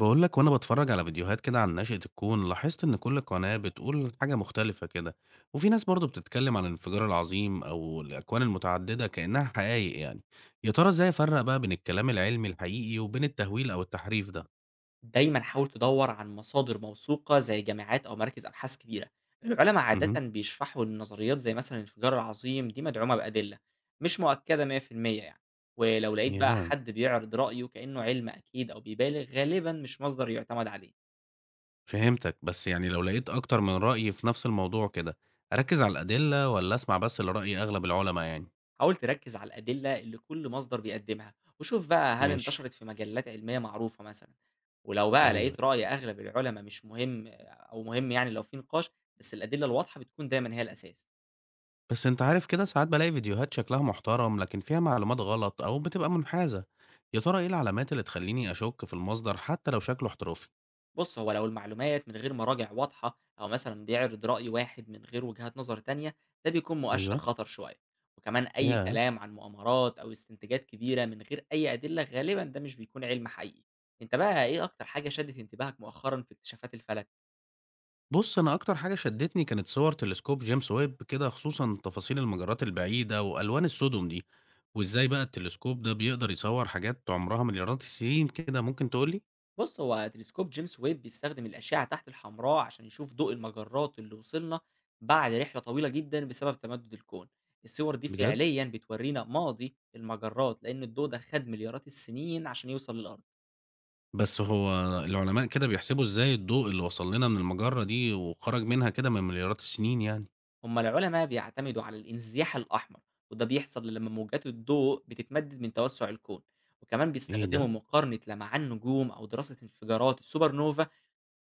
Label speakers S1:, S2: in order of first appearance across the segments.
S1: بقول لك وانا بتفرج على فيديوهات كده عن نشأة الكون، لاحظت ان كل قناة بتقول حاجة مختلفة كده. وفي ناس برضو بتتكلم عن الانفجار العظيم او الاكوان المتعددة كأنها حقائق يعني. يا ترى ازاي افرق بقى بين الكلام العلمي الحقيقي وبين التهويل او التحريف ده؟
S2: دايمًا حاول تدوّر عن مصادر موثوقة زي جامعات أو مراكز أبحاث كبيرة. العلما عادةً
S1: امم
S2: بيشرحوا إن نظريات زي مثلًا الانفجار العظيم دي مدعومة بأدلة، مش مؤكدة 100% يعني، ولو لقيت بقى
S1: ياه،
S2: حد بيعرض رأيه كأنه علم أكيد أو بيبالغ غالبًا مش مصدر يعتمد عليه.
S1: فهمتك. بس يعني لو لقيت اكتر من رأي في نفس الموضوع كده، اركز على الأدلة ولا اسمع بس لرأي اغلب العلماء يعني؟
S2: حاول تركز على الأدلة اللي كل مصدر بيقدمها، وشوف بقى هل
S1: ماشي.
S2: انتشرت في مجلات علمية معروفة مثلًا، ولو بقى
S1: ايوه.
S2: لقيت رأي أغلب العلما مش مهم أو مهم يعني لو في نقاش، بس الأدلة الواضحة بتكون دايمًا هي الأساس.
S1: بس أنت عارف كده، ساعات بالاقي فيديوهات شكلها محترم لكن فيها معلومات غلط أو بتبقى منحازة، يا ترى إيه العلامات اللي تخليني أشك في المصدر حتى لو شكله احترافي؟
S2: بص، هو لو المعلومات من غير مراجع واضحة أو مثلا بيعرض رأي واحد من غير وجهات نظر تانية، ده بيكون مؤشر
S1: ايوه.
S2: خطر شوية. وكمان أي
S1: ياه.
S2: كلام عن مؤامرات أو استنتاجات كبيرة من غير أي أدلة، غالبا ده مش بيكون علم حقيقي. أنت بقى إيه أكتر حاجة شدت انتباهك مؤخرا في اكتشافات الفلك؟
S1: بص أنا أكتر حاجة شدتني كانت صور تلسكوب جيمس ويب كده، خصوصا تفاصيل المجرات البعيدة وألوان السدم دي، وإزاي بقى التلسكوب ده بيقدر يصور حاجات عمرها مليارات السنين كده، ممكن تقولي؟
S2: بص، هو تلسكوب جيمس ويب بيستخدم الأشعة تحت الحمراء عشان يشوف ضوء المجرات اللي وصلنا بعد رحلة طويلة جدا بسبب تمدد الكون. الصور دي
S1: بجد؟
S2: فعليا بتورينا ماضي المجرات لأن الضوء ده خد مليارات السنين عشان يوصل للأرض.
S1: بس هو، العلماء كده بيحسبوا إزاي الضوء اللي وصل لنا من المجرة دي وخرج منها كده من مليارات السنين يعني؟
S2: هما العلماء بيعتمدوا على الانزياح الأحمر، وده بيحصل لما موجات الضوء بتتمدد من توسع الكون. وكمان
S1: إيه
S2: بيستخدموا
S1: ده؟
S2: مقارنة لمعان نجوم أو دراسة انفجارات السوبر نوفا،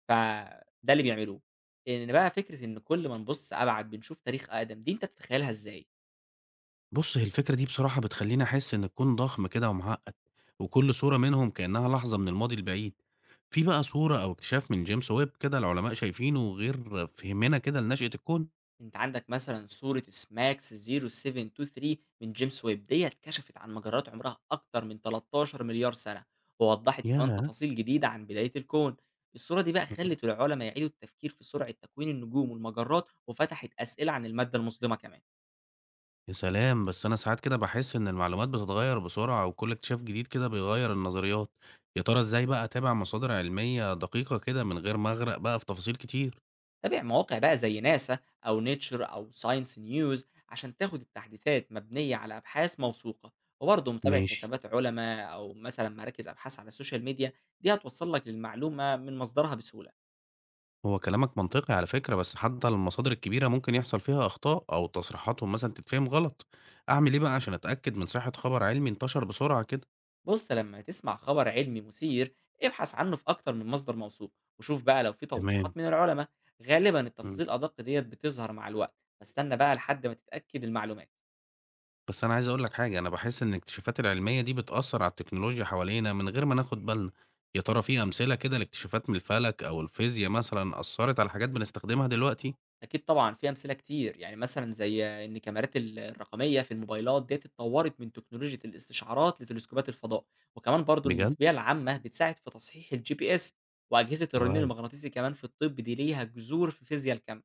S2: فده اللي بيعملوه. إن بقى فكرة إن كل ما نبُص أبعد بنشوف تاريخ أقدم، دي أنت تتخيّلها إزاي؟
S1: بُص، هي الفكرة دي بصراحة بتخلّيني أحس إن الكون ضخم كده ومعقّد، وكل صورة منهم كإنها لحظة من الماضي البعيد. في بقى صورة أو اكتشاف من جيمس ويب كده العلماء شايفينه غير فهمنا كده لنشأة الكون؟
S2: أنت عندك مثلًا صورة SMAX0723 من جيمس ويب، ديّة كشفت عن مجرات عمرها أكتر من 13.000.000,000 سنة، ووضّحت كمان
S1: ياه!
S2: تفاصيل جديدة عن بداية الكون. الصورة دي بقى
S1: اهم.
S2: خلّت العُلما يعيدوا التفكير في سرعة تكوين النجوم والمجرات، وفتحت أسئلة عن المادة المظلمة كمان.
S1: يا سلام! بس أنا ساعات كده باحس إن المعلومات بتتغير بسرعة، وكل اكتشاف جديد كده بيغير النظريات. يا ترى إزاي بقى أتابع مصادر علمية دقيقة كده من غير ما أغرق بقى في تفاصيل كتير؟
S2: تابع مواقع بقى زي ناسا أو نيتشر أو ساينس نيوز عشان تاخد التحديثات مبنية على أبحاث موثوقة. وبرضه متابعة
S1: ماشي.
S2: حسابات علماء أو مثلا مراكز أبحاث على السوشيال ميديا، دي هتوصل لك للمعلومة من مصدرها بسهولة.
S1: هو كلامك منطقي على فكرة، بس حتى المصادر الكبيرة ممكن يحصل فيها أخطاء أو تصريحاتهم مثلا تتفهم غلط. أعمل إيه بقى عشان أتأكد من صحة خبر علمي انتشر بسرعة كده؟
S2: بص، لما تسمع خبر علمي مثير، ابحث عنه في أكتر من مصدر موثوق، وشوف بقى لو في
S1: تمام.
S2: توضيحات من العلماء. غالبا
S1: مم.
S2: التفاصيل الأدق ديت بتظهر مع الوقت، فاستنى بقى لحد ما تتأكد المعلومات.
S1: بس أنا عايز أقول لك حاجة، أنا بحس إن الاكتشافات العلمية دي بتأثر على التكنولوجيا حوالينا من غير ما ناخد بالنا. يا ترى في أمثلة كده لاكتشافات من الفلك أو الفيزياء مثلا أثرت على حاجات بنستخدمها دلوقتي؟
S2: أكيد طبعًا، في أمثلة كتير، يعني مثلًا زي إن الكاميرات الرقمية في الموبايلات ديّة اتطوّرت من تكنولوجيا الاستشعارات لتلسكوبات الفضاء، وكمان برضه
S1: بجد.
S2: المسبية العامة بتساعد في تصحيح الGPS، وأجهزة الرنين
S1: واو.
S2: المغناطيسي كمان في الطب دي ليها جذور في فيزيا الكم.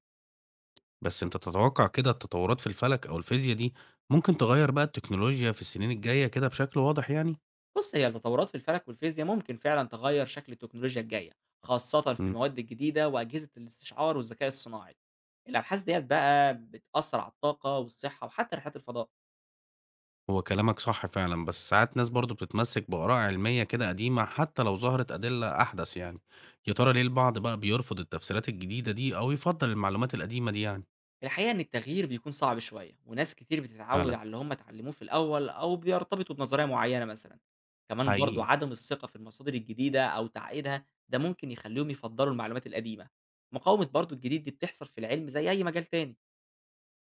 S1: بس أنت تتوقع كده التطورات في الفلك أو الفيزياء دي ممكن تغير بقى التكنولوجيا في السنين الجاية كده بشكل واضح يعني؟
S2: بُص، هي التطوّرات في الفلك والفيزيا ممكن فعلًا تغيّر شكل التكنولوجيا الجاية، خاصةً في المواد الجديدة وأجهزة الاستشعار والذكاء الصناعي. الأبحاث ديّة بقى بتأثّر على الطاقة والصحة وحتى رحلات الفضاء.
S1: هو كلامك صح فعلا، بس ساعات ناس برضو بتتمسك بآراء علمية كده قديمة حتى لو ظهرت أدلة أحدث يعني. يا ترى ليه البعض بقى بيرفض التفسيرات الجديدة دي أو يفضل المعلومات القديمة دي يعني؟
S2: الحقيقة إن التغيير بيكون صعب شوية، وناس كتير بتتعود
S1: فعلا.
S2: على اللي هم اتعلموه في الأول أو بيرتبطوا بنظرية معينة مثلا. كمان برضو
S1: حقيقي.
S2: عدم الثقة في المصادر الجديدة أو تعقيدها، ده ممكن يخليهم يفضلوا المعلومات القديمة. مقاومة برضو الجديد دي بتحصل في العلم زي أي مجال تاني.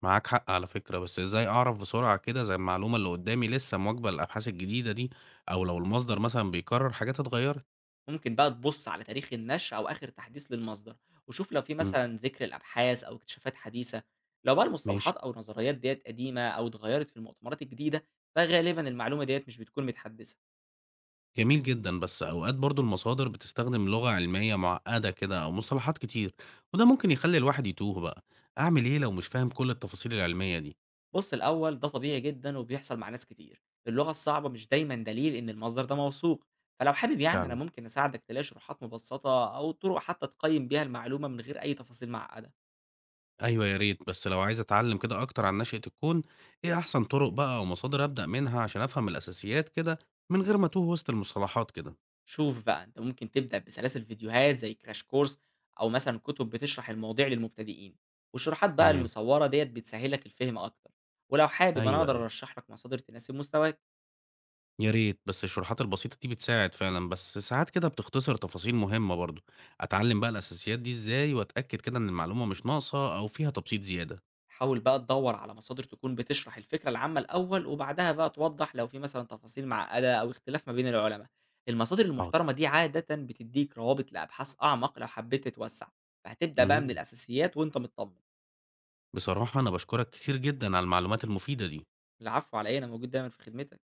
S1: معاك حق على فكرة، بس إزاي أعرف بسرعة كده زي المعلومة اللي قدامي لسه مواكبة للأبحاث الجديدة دي، أو لو المصدر مثلا بيكرر حاجات اتغيرت؟
S2: ممكن بقى تبص على تاريخ النشر أو آخر تحديث للمصدر، وشوف لو في
S1: مم.
S2: مثلا ذكر الأبحاث أو اكتشافات حديثة. لو بقى
S1: ماشي.
S2: المصطلحات أو النظريات ديت قديمة أو اتغيرت في المؤتمرات الجديدة، فغالبا المعلومة ديت مش بتكون متحدثة.
S1: جميل جدًا، بس أوقات برضه المصادر بتستخدم لغة علمية معقدة كده أو مصطلحات كتير، وده ممكن يخلّي الواحد يتوه بقى، أعمل إيه لو مش فاهم كل التفاصيل العلمية دي؟
S2: بص الأول، ده طبيعي جدا وبيحصل مع ناس كتير. اللغة الصعبة مش دايما دليل إن المصدر ده موثوق. فلو حابب يعني، أنا
S1: فعلًا.
S2: ممكن أساعدك تلاقي شروحات مبسطة أو طرق حتى تقيم بيها المعلومة من غير أي تفاصيل معقدة.
S1: أيوه يا ريت، بس لو عايز أتعلم كده أكتر عن نشأة الكون، إيه أحسن طرق بقى أو مصادر أبدأ منها عشان أفهم الأساسيات كده من غير ما أتوه وسط المصطلحات كده؟
S2: شوف بقى، أنت ممكن تبدأ بسلاسل فيديوهات زي كراش كورس، أو مثلا كتب بتشرح المواضيع للمبتدئين، والشروحات بقى
S1: تمام.
S2: المصورة ديت بتسهلك الفهم أكتر. ولو حابب، أنا
S1: أيوه،
S2: أقدر
S1: أيوه،
S2: أرشح لك مصادر تناسب مستواك.
S1: يا ريت. بس الشروحات البسيطة دي بتساعد فعلًا، بس ساعات كده بتختصر تفاصيل مهمة برضه، أتعلم بقى الأساسيات دي إزاي وأتأكد كده إن المعلومة مش ناقصة أو فيها تبسيط زيادة؟
S2: حاول بقى تدور على مصادر تكون بتشرح الفكرة العامة الأول، وبعدها بقى توضح لو في مثلا تفاصيل معقدة أو اختلاف ما بين العلماء. المصادر المحترمة
S1: حاضر.
S2: دي عادة بتديك روابط لأبحاث أعمق لو حبيت تتوسع، فهتبدأ بقى من
S1: إمم.
S2: الأساسيات وأنت مطمن.
S1: بصراحة أنا باشكرك كتير جدًا على المعلومات المفيدة دي.
S2: العفو، على إيه؟ أنا موجود دايما في خدمتك.